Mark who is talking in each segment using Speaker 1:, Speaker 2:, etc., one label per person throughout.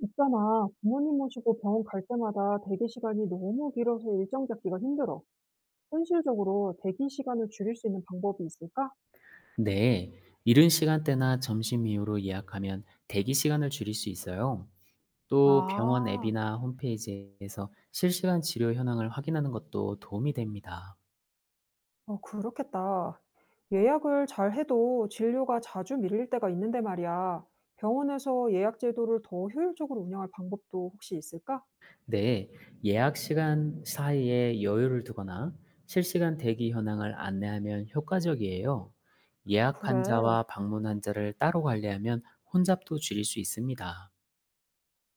Speaker 1: 있잖아, 부모님 모시고 병원 갈 때마다 대기 시간이 너무 길어서 일정 잡기가 힘들어. 현실적으로 대기 시간을 줄일 수 있는 방법이 있을까?
Speaker 2: 네, 이른 시간대나 점심 이후로 예약하면 대기 시간을 줄일 수 있어요. 또 병원
Speaker 1: 아,
Speaker 2: 앱이나 홈페이지에서 실시간 치료 현황을 확인하는 것도 도움이 됩니다.
Speaker 1: 그렇겠다. 예약을 잘 해도 진료가 자주 밀릴 때가 있는데 말이야. 병원에서 예약 제도를 더 효율적으로 운영할 방법도 혹시 있을까?
Speaker 2: 네, 예약 시간 사이에 여유를 두거나 실시간 대기 현황을 안내하면 효과적이에요. 예약 환자와
Speaker 1: 그래.
Speaker 2: 방문 환자를 따로 관리하면 혼잡도 줄일 수 있습니다.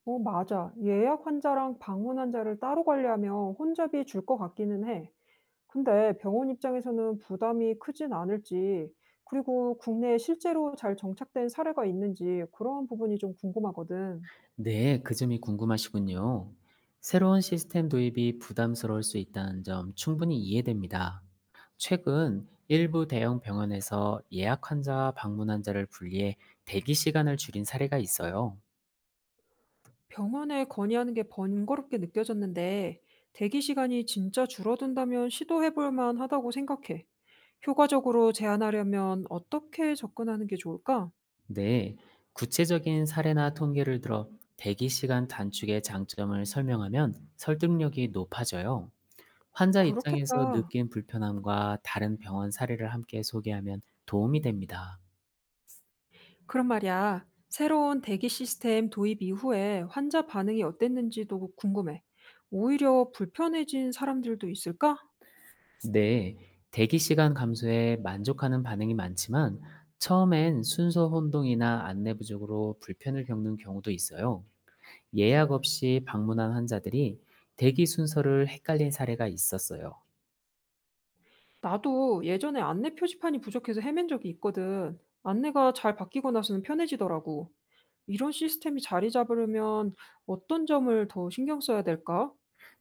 Speaker 1: 맞아. 예약 환자랑 방문 환자를 따로 관리하면 혼잡이 줄 것 같기는 해. 근데 병원 입장에서는 부담이 크진 않을지, 그리고 국내에 실제로 잘 정착된 사례가 있는지 그런 부분이 좀 궁금하거든.
Speaker 2: 네, 그 점이 궁금하시군요. 새로운 시스템 도입이 부담스러울 수 있다는 점 충분히 이해됩니다. 최근 일부 대형 병원에서 예약 환자와 방문 환자를 분리해 대기 시간을 줄인 사례가 있어요.
Speaker 1: 병원에 건의하는 게 번거롭게 느껴졌는데, 대기 시간이 진짜 줄어든다면 시도해볼 만하다고 생각해. 효과적으로 제한하려면 어떻게 접근하는 게 좋을까?
Speaker 2: 네, 구체적인 사례나 통계를 들어 대기 시간 단축의 장점을 설명하면 설득력이 높아져요. 환자 입장에서
Speaker 1: 그렇겠다.
Speaker 2: 느낀 불편함과 다른 병원 사례를 함께 소개하면 도움이 됩니다.
Speaker 1: 그런 말이야, 새로운 대기 시스템 도입 이후에 환자 반응이 어땠는지도 궁금해. 오히려 불편해진 사람들도 있을까?
Speaker 2: 네, 대기 시간 감소에 만족하는 반응이 많지만 처음엔 순서 혼동이나 안내 부족으로 불편을 겪는 경우도 있어요. 예약 없이 방문한 환자들이 대기 순서를 헷갈린 사례가 있었어요.
Speaker 1: 나도 예전에 안내 표지판이 부족해서 헤맨 적이 있거든. 안내가 잘 바뀌고 나서는 편해지더라고. 이런 시스템이 자리 잡으려면 어떤 점을 더 신경 써야 될까?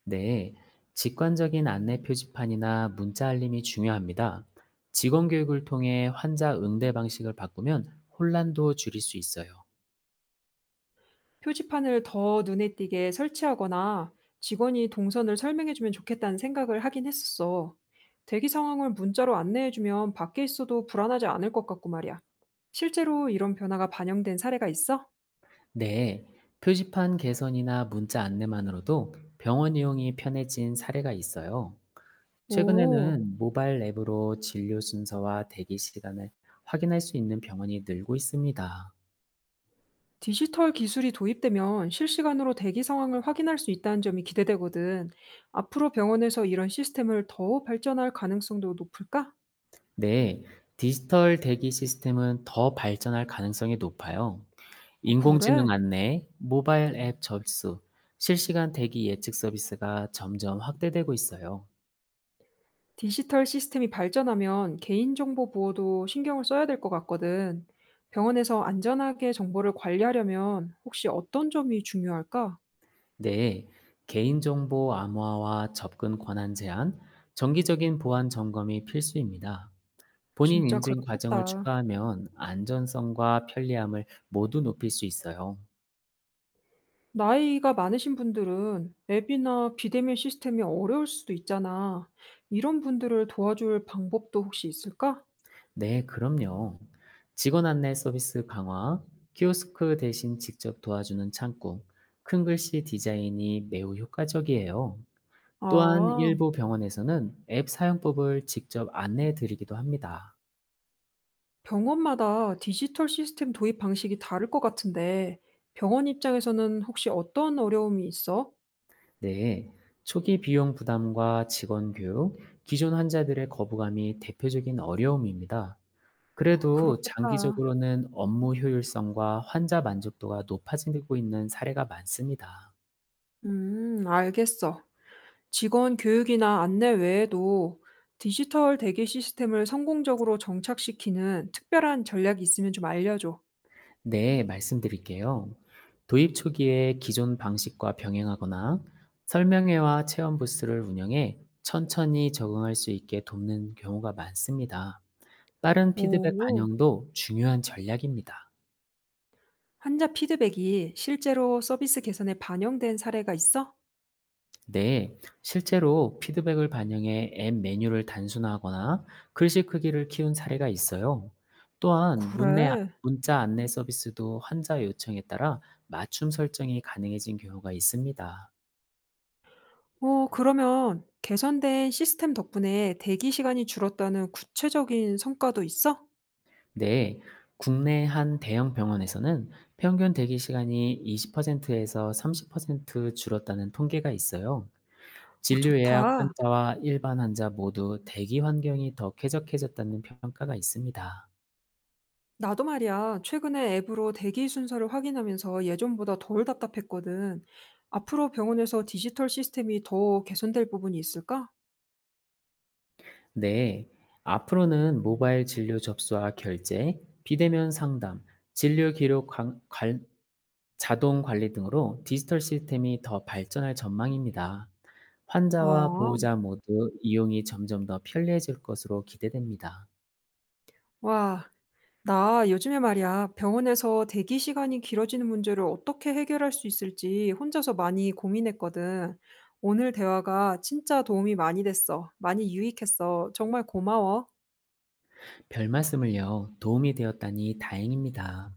Speaker 2: 네, 직관적인 안내 표지판이나 문자 알림이 중요합니다. 직원 교육을 통해 환자 응대 방식을 바꾸면 혼란도 줄일 수 있어요.
Speaker 1: 표지판을 더 눈에 띄게 설치하거나 직원이 동선을 설명해주면 좋겠다는 생각을 하긴 했었어. 대기 상황을 문자로 안내해주면 밖에 있어도 불안하지 않을 것 같고 말이야. 실제로 이런 변화가 반영된 사례가 있어?
Speaker 2: 네, 표지판 개선이나 문자 안내만으로도 병원 이용이 편해진 사례가 있어요.
Speaker 1: 오,
Speaker 2: 최근에는 모바일 앱으로 진료 순서와 대기 시간을 확인할 수 있는 병원이 늘고 있습니다.
Speaker 1: 디지털 기술이 도입되면 실시간으로 대기 상황을 확인할 수 있다는 점이 기대되거든. 앞으로 병원에서 이런 시스템을 더 발전할 가능성도 높을까?
Speaker 2: 네, 디지털 대기 시스템은 더 발전할 가능성이 높아요.
Speaker 1: 어, 그래?
Speaker 2: 인공지능 안내, 모바일 앱 접수, 실시간 대기 예측 서비스가 점점 확대되고 있어요.
Speaker 1: 디지털 시스템이 발전하면 개인정보 보호도 신경을 써야 될 것 같거든. 병원에서 안전하게 정보를 관리하려면 혹시 어떤 점이 중요할까?
Speaker 2: 네, 개인정보 암호화와 접근 권한 제한, 정기적인 보안 점검이 필수입니다. 본인
Speaker 1: 진짜
Speaker 2: 인증 과정을
Speaker 1: 그렇겠다.
Speaker 2: 추가하면 안전성과 편리함을 모두 높일 수 있어요.
Speaker 1: 나이가 많으신 분들은 앱이나 비대면 시스템이 어려울 수도 있잖아. 이런 분들을 도와줄 방법도 혹시 있을까?
Speaker 2: 네, 그럼요. 직원 안내 서비스 강화, 키오스크 대신 직접 도와주는 창구, 큰 글씨 디자인이 매우 효과적이에요. 또한
Speaker 1: 아,
Speaker 2: 일부 병원에서는 앱 사용법을 직접 안내해 드리기도 합니다.
Speaker 1: 병원마다 디지털 시스템 도입 방식이 다를 것 같은데, 병원 입장에서는 혹시 어떤 어려움이 있어?
Speaker 2: 네, 초기 비용 부담과 직원 교육, 기존 환자들의 거부감이 대표적인 어려움입니다. 그래도
Speaker 1: 그렇겠다.
Speaker 2: 장기적으로는 업무 효율성과 환자 만족도가 높아지고 있는 사례가 많습니다.
Speaker 1: 알겠어. 직원 교육이나 안내 외에도 디지털 대기 시스템을 성공적으로 정착시키는 특별한 전략이 있으면 좀 알려줘.
Speaker 2: 네, 말씀드릴게요. 도입 초기에 기존 방식과 병행하거나 설명회와 체험 부스를 운영해 천천히 적응할 수 있게 돕는 경우가 많습니다. 빠른 피드백
Speaker 1: 오,
Speaker 2: 반영도 중요한 전략입니다.
Speaker 1: 환자 피드백이 실제로 서비스 개선에 반영된 사례가 있어?
Speaker 2: 네, 실제로 피드백을 반영해 앱 메뉴를 단순화하거나 글씨 크기를 키운 사례가 있어요. 또한
Speaker 1: 그래.
Speaker 2: 문자 안내 서비스도 환자 요청에 따라 맞춤 설정이 가능해진 경우가 있습니다.
Speaker 1: 어 그러면 개선된 시스템 덕분에 대기 시간이 줄었다는 구체적인 성과도 있어?
Speaker 2: 네, 국내 한 대형 병원에서는 평균 대기 시간이 20%에서 30% 줄었다는 통계가 있어요.
Speaker 1: 어
Speaker 2: 진료 예약
Speaker 1: 좋다.
Speaker 2: 환자와 일반 환자 모두 대기 환경이 더 쾌적해졌다는 평가가 있습니다.
Speaker 1: 나도 말이야, 최근에 앱으로 대기 순서를 확인하면서 예전보다 덜 답답했거든. 앞으로 병원에서 디지털 시스템이 더 개선될 부분이 있을까?
Speaker 2: 네, 앞으로는 모바일 진료 접수와 결제, 비대면 상담, 진료 기록 자동 관리 등으로 디지털 시스템이 더 발전할 전망입니다. 환자와
Speaker 1: 아,
Speaker 2: 보호자 모두 이용이 점점 더 편리해질 것으로 기대됩니다.
Speaker 1: 와. 나 요즘에 말이야, 병원에서 대기 시간이 길어지는 문제를 어떻게 해결할 수 있을지 혼자서 많이 고민했거든. 오늘 대화가 진짜 도움이 많이 됐어. 많이 유익했어. 정말 고마워.
Speaker 2: 별 말씀을요, 도움이 되었다니 다행입니다.